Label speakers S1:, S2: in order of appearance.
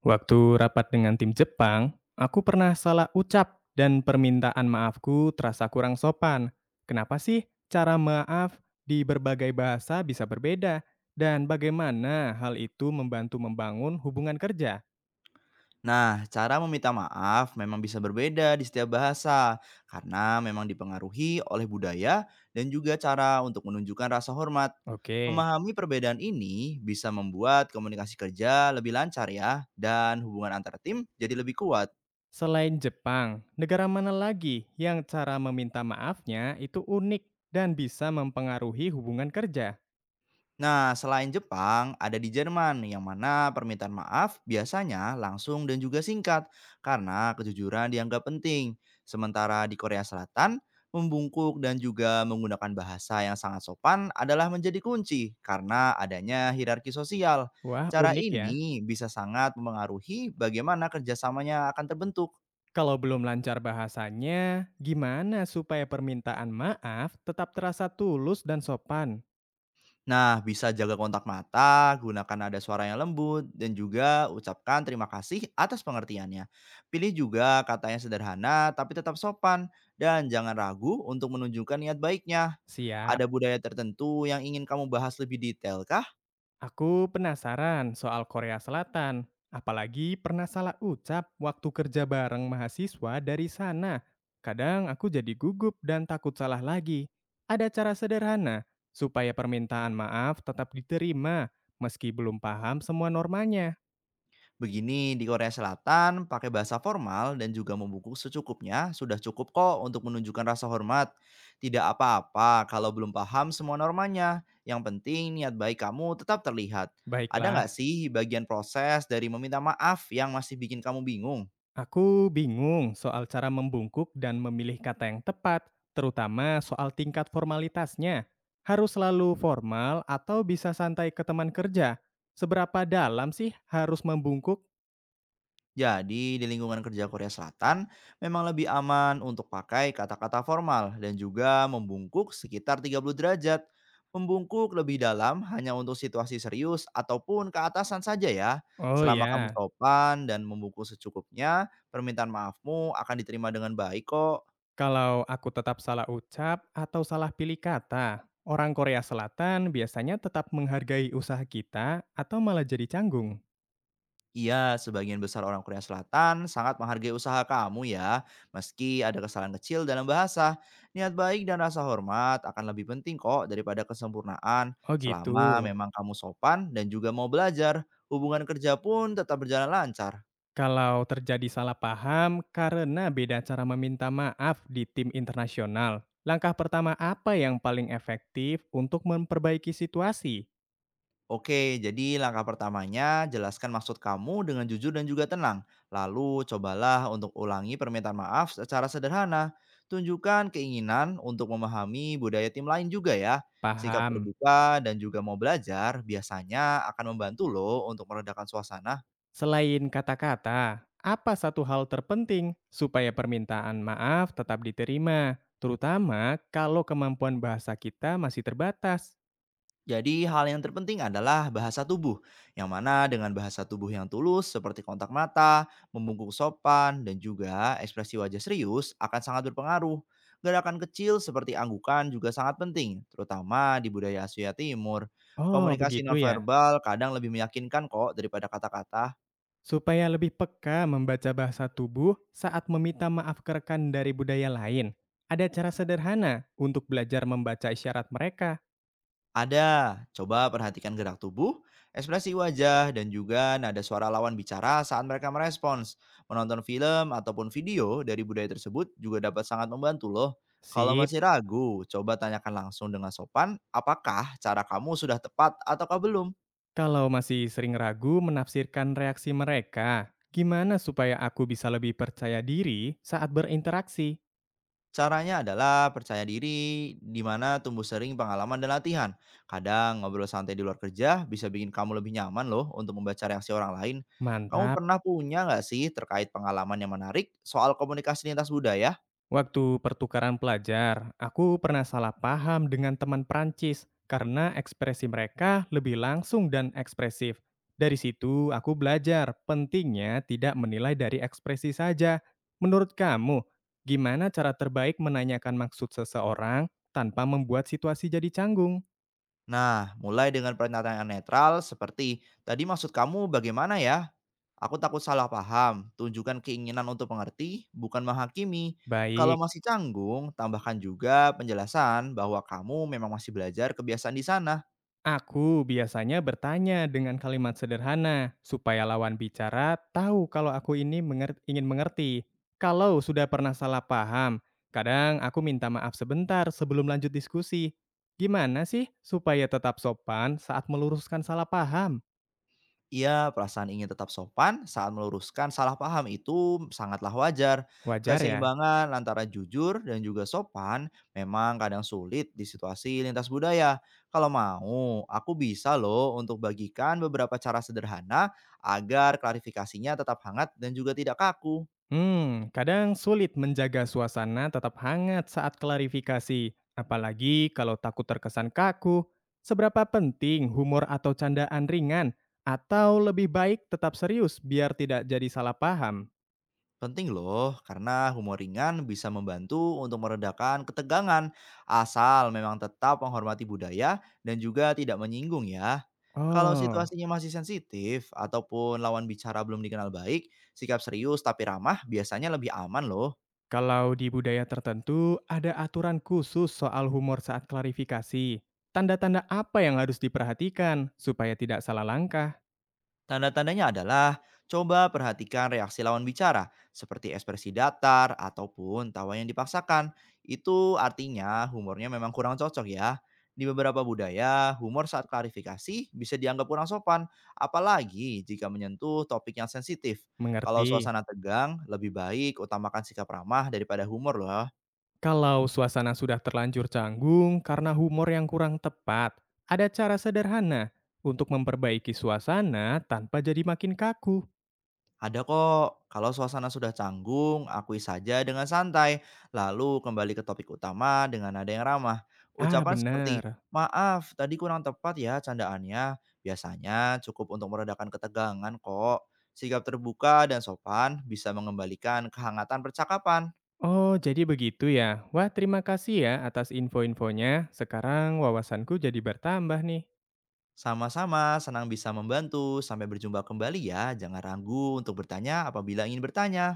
S1: Waktu rapat dengan tim Jepang, aku pernah salah ucap dan permintaan maafku terasa kurang sopan. Kenapa sih cara maaf di berbagai bahasa bisa berbeda? Dan bagaimana hal itu membantu membangun hubungan kerja?
S2: Nah, cara meminta maaf memang bisa berbeda di setiap bahasa karena memang dipengaruhi oleh budaya dan juga cara untuk menunjukkan rasa hormat.
S1: Oke,
S2: Memahami perbedaan ini bisa membuat komunikasi kerja lebih lancar ya dan hubungan antar tim jadi lebih kuat.
S1: selain Jepang, negara mana lagi yang cara meminta maafnya itu unik dan bisa mempengaruhi hubungan kerja?
S2: Nah, selain Jepang, ada di Jerman yang mana permintaan maaf biasanya langsung dan juga singkat karena kejujuran dianggap penting. Sementara di Korea Selatan, membungkuk dan juga menggunakan bahasa yang sangat sopan adalah menjadi kunci karena adanya hierarki sosial.
S1: Wah,
S2: Cara
S1: unik ya.
S2: ini bisa sangat mempengaruhi bagaimana kerjasamanya akan terbentuk.
S1: Kalau belum lancar bahasanya, gimana supaya permintaan maaf tetap terasa tulus dan sopan?
S2: Nah, bisa jaga kontak mata, gunakan nada suara yang lembut, dan juga ucapkan terima kasih atas pengertiannya. Pilih juga kata yang sederhana tapi tetap sopan, dan jangan ragu untuk menunjukkan niat baiknya.
S1: Siap,
S2: Ada budaya tertentu yang ingin kamu bahas lebih detail, kah?
S1: aku penasaran soal Korea Selatan. Apalagi pernah salah ucap waktu kerja bareng mahasiswa dari sana. Kadang aku jadi gugup dan takut salah lagi. Ada cara sederhana supaya permintaan maaf tetap diterima meski belum paham semua normanya.
S2: Begini, di Korea Selatan, pakai bahasa formal dan juga membungkuk secukupnya sudah cukup kok untuk menunjukkan rasa hormat. Tidak apa-apa kalau belum paham semua normanya. Yang penting niat baik kamu tetap terlihat. Ada nggak
S1: Baiklah.
S2: sih bagian proses dari meminta maaf yang masih bikin kamu bingung?
S1: Aku bingung soal cara membungkuk dan memilih kata yang tepat, terutama soal tingkat formalitasnya. Harus selalu formal atau bisa santai ke teman kerja? Seberapa dalam sih harus membungkuk?
S2: Jadi, di lingkungan kerja Korea Selatan memang lebih aman untuk pakai kata-kata formal dan juga membungkuk sekitar 30 derajat. Membungkuk lebih dalam hanya untuk situasi serius ataupun keatasan saja ya.
S1: Oh
S2: Selama kamu
S1: ya,
S2: sopan dan membungkuk secukupnya, permintaan maafmu akan diterima dengan baik kok.
S1: kalau aku tetap salah ucap atau salah pilih kata, orang Korea Selatan biasanya tetap menghargai usaha kita atau malah jadi canggung.
S2: Iya, sebagian besar orang Korea Selatan sangat menghargai usaha kamu ya, meski ada kesalahan kecil dalam bahasa. Niat baik dan rasa hormat akan lebih penting kok daripada kesempurnaan,
S1: Oh gitu.
S2: selama memang kamu sopan dan juga mau belajar. Hubungan kerja pun tetap berjalan lancar.
S1: Kalau terjadi salah paham karena beda cara meminta maaf di tim internasional, langkah pertama apa yang paling efektif untuk memperbaiki situasi?
S2: Oke, jadi langkah pertamanya jelaskan maksud kamu dengan jujur dan juga tenang. Lalu cobalah untuk ulangi permintaan maaf secara sederhana. Tunjukkan keinginan untuk memahami budaya tim lain juga ya. Sikap
S1: Paham.
S2: terbuka dan juga mau belajar biasanya akan membantu loh untuk meredakan suasana.
S1: Selain kata-kata, apa satu hal terpenting supaya permintaan maaf tetap diterima, terutama kalau kemampuan bahasa kita masih terbatas?
S2: Jadi hal yang terpenting adalah bahasa tubuh, yang mana dengan bahasa tubuh yang tulus seperti kontak mata, membungkuk sopan, dan juga ekspresi wajah serius akan sangat berpengaruh. Gerakan kecil seperti anggukan juga sangat penting, terutama di budaya Asia Timur.
S1: Oh,
S2: Komunikasi
S1: begitu ya.
S2: nonverbal kadang lebih meyakinkan kok daripada kata-kata.
S1: Supaya lebih peka membaca bahasa tubuh saat meminta maaf ke rekan dari budaya lain, ada cara sederhana untuk belajar membaca isyarat mereka.
S2: Ada, coba perhatikan gerak tubuh, ekspresi wajah, dan juga nada suara lawan bicara saat mereka merespons. Menonton film ataupun video dari budaya tersebut juga dapat sangat membantu loh. Kalau
S1: Sip,
S2: masih ragu, coba tanyakan langsung dengan sopan, apakah cara kamu sudah tepat ataukah belum?
S1: kalau masih sering ragu menafsirkan reaksi mereka, gimana supaya aku bisa lebih percaya diri saat berinteraksi?
S2: Caranya adalah percaya diri, di mana tumbuh sering pengalaman dan latihan. Kadang ngobrol santai di luar kerja bisa bikin kamu lebih nyaman loh untuk membaca reaksi orang lain. Kamu
S1: Mantap.
S2: pernah punya nggak sih terkait pengalaman yang menarik soal komunikasi lintas budaya?
S1: Waktu pertukaran pelajar, aku pernah salah paham dengan teman Prancis karena ekspresi mereka lebih langsung dan ekspresif. Dari situ, aku belajar pentingnya tidak menilai dari ekspresi saja. Menurut kamu, gimana cara terbaik menanyakan maksud seseorang tanpa membuat situasi jadi canggung?
S2: Nah, mulai dengan pernyataan netral seperti, tadi maksud kamu bagaimana ya? Aku takut salah paham, tunjukkan keinginan untuk mengerti, bukan menghakimi. Kalau
S1: Baik.
S2: masih canggung, tambahkan juga penjelasan bahwa kamu memang masih belajar kebiasaan di sana.
S1: Aku biasanya bertanya dengan kalimat sederhana supaya lawan bicara tahu kalau aku ini ingin mengerti. Kalau sudah pernah salah paham, kadang aku minta maaf sebentar sebelum lanjut diskusi. Gimana sih supaya tetap sopan saat meluruskan salah paham?
S2: Iya, perasaan ingin tetap sopan saat meluruskan salah paham itu sangatlah wajar.
S1: Wajar ya?
S2: Keseimbangan antara jujur dan juga sopan memang kadang sulit di situasi lintas budaya. Kalau mau, aku bisa loh untuk bagikan beberapa cara sederhana agar klarifikasinya tetap hangat dan juga tidak kaku.
S1: Hmm, kadang sulit menjaga suasana tetap hangat saat klarifikasi, apalagi kalau takut terkesan kaku. Seberapa penting humor atau candaan ringan, atau lebih baik tetap serius biar tidak jadi salah paham?
S2: Penting loh, karena humor ringan bisa membantu untuk meredakan ketegangan, asal memang tetap menghormati budaya dan juga tidak menyinggung ya. Kalau
S1: Oh,
S2: situasinya masih sensitif ataupun lawan bicara belum dikenal baik, sikap serius tapi ramah biasanya lebih aman loh.
S1: kalau di budaya tertentu ada aturan khusus soal humor saat klarifikasi. Tanda-tanda apa yang harus diperhatikan supaya tidak salah langkah?
S2: Tanda-tandanya adalah coba perhatikan reaksi lawan bicara, seperti ekspresi datar ataupun tawa yang dipaksakan. Itu artinya humornya memang kurang cocok ya. Di beberapa budaya, humor saat klarifikasi bisa dianggap kurang sopan, apalagi jika menyentuh topik yang sensitif. Kalau
S1: Mengerti?
S2: suasana tegang, lebih baik utamakan sikap ramah daripada humor loh.
S1: Kalau suasana sudah terlanjur canggung karena humor yang kurang tepat, ada cara sederhana untuk memperbaiki suasana tanpa jadi makin kaku.
S2: Ada kok, kalau suasana sudah canggung, akui saja dengan santai, lalu kembali ke topik utama dengan nada yang ramah.
S1: Ah,
S2: Ucapan seperti,
S1: benar.
S2: maaf tadi kurang tepat ya candaannya, biasanya cukup untuk meredakan ketegangan kok. Sikap terbuka dan sopan bisa mengembalikan kehangatan percakapan.
S1: Oh, jadi begitu ya. Wah, terima kasih ya atas info-infonya. Sekarang wawasanku jadi bertambah nih.
S2: Sama-sama, senang bisa membantu. Sampai berjumpa kembali ya. Jangan ragu untuk bertanya apabila ingin bertanya.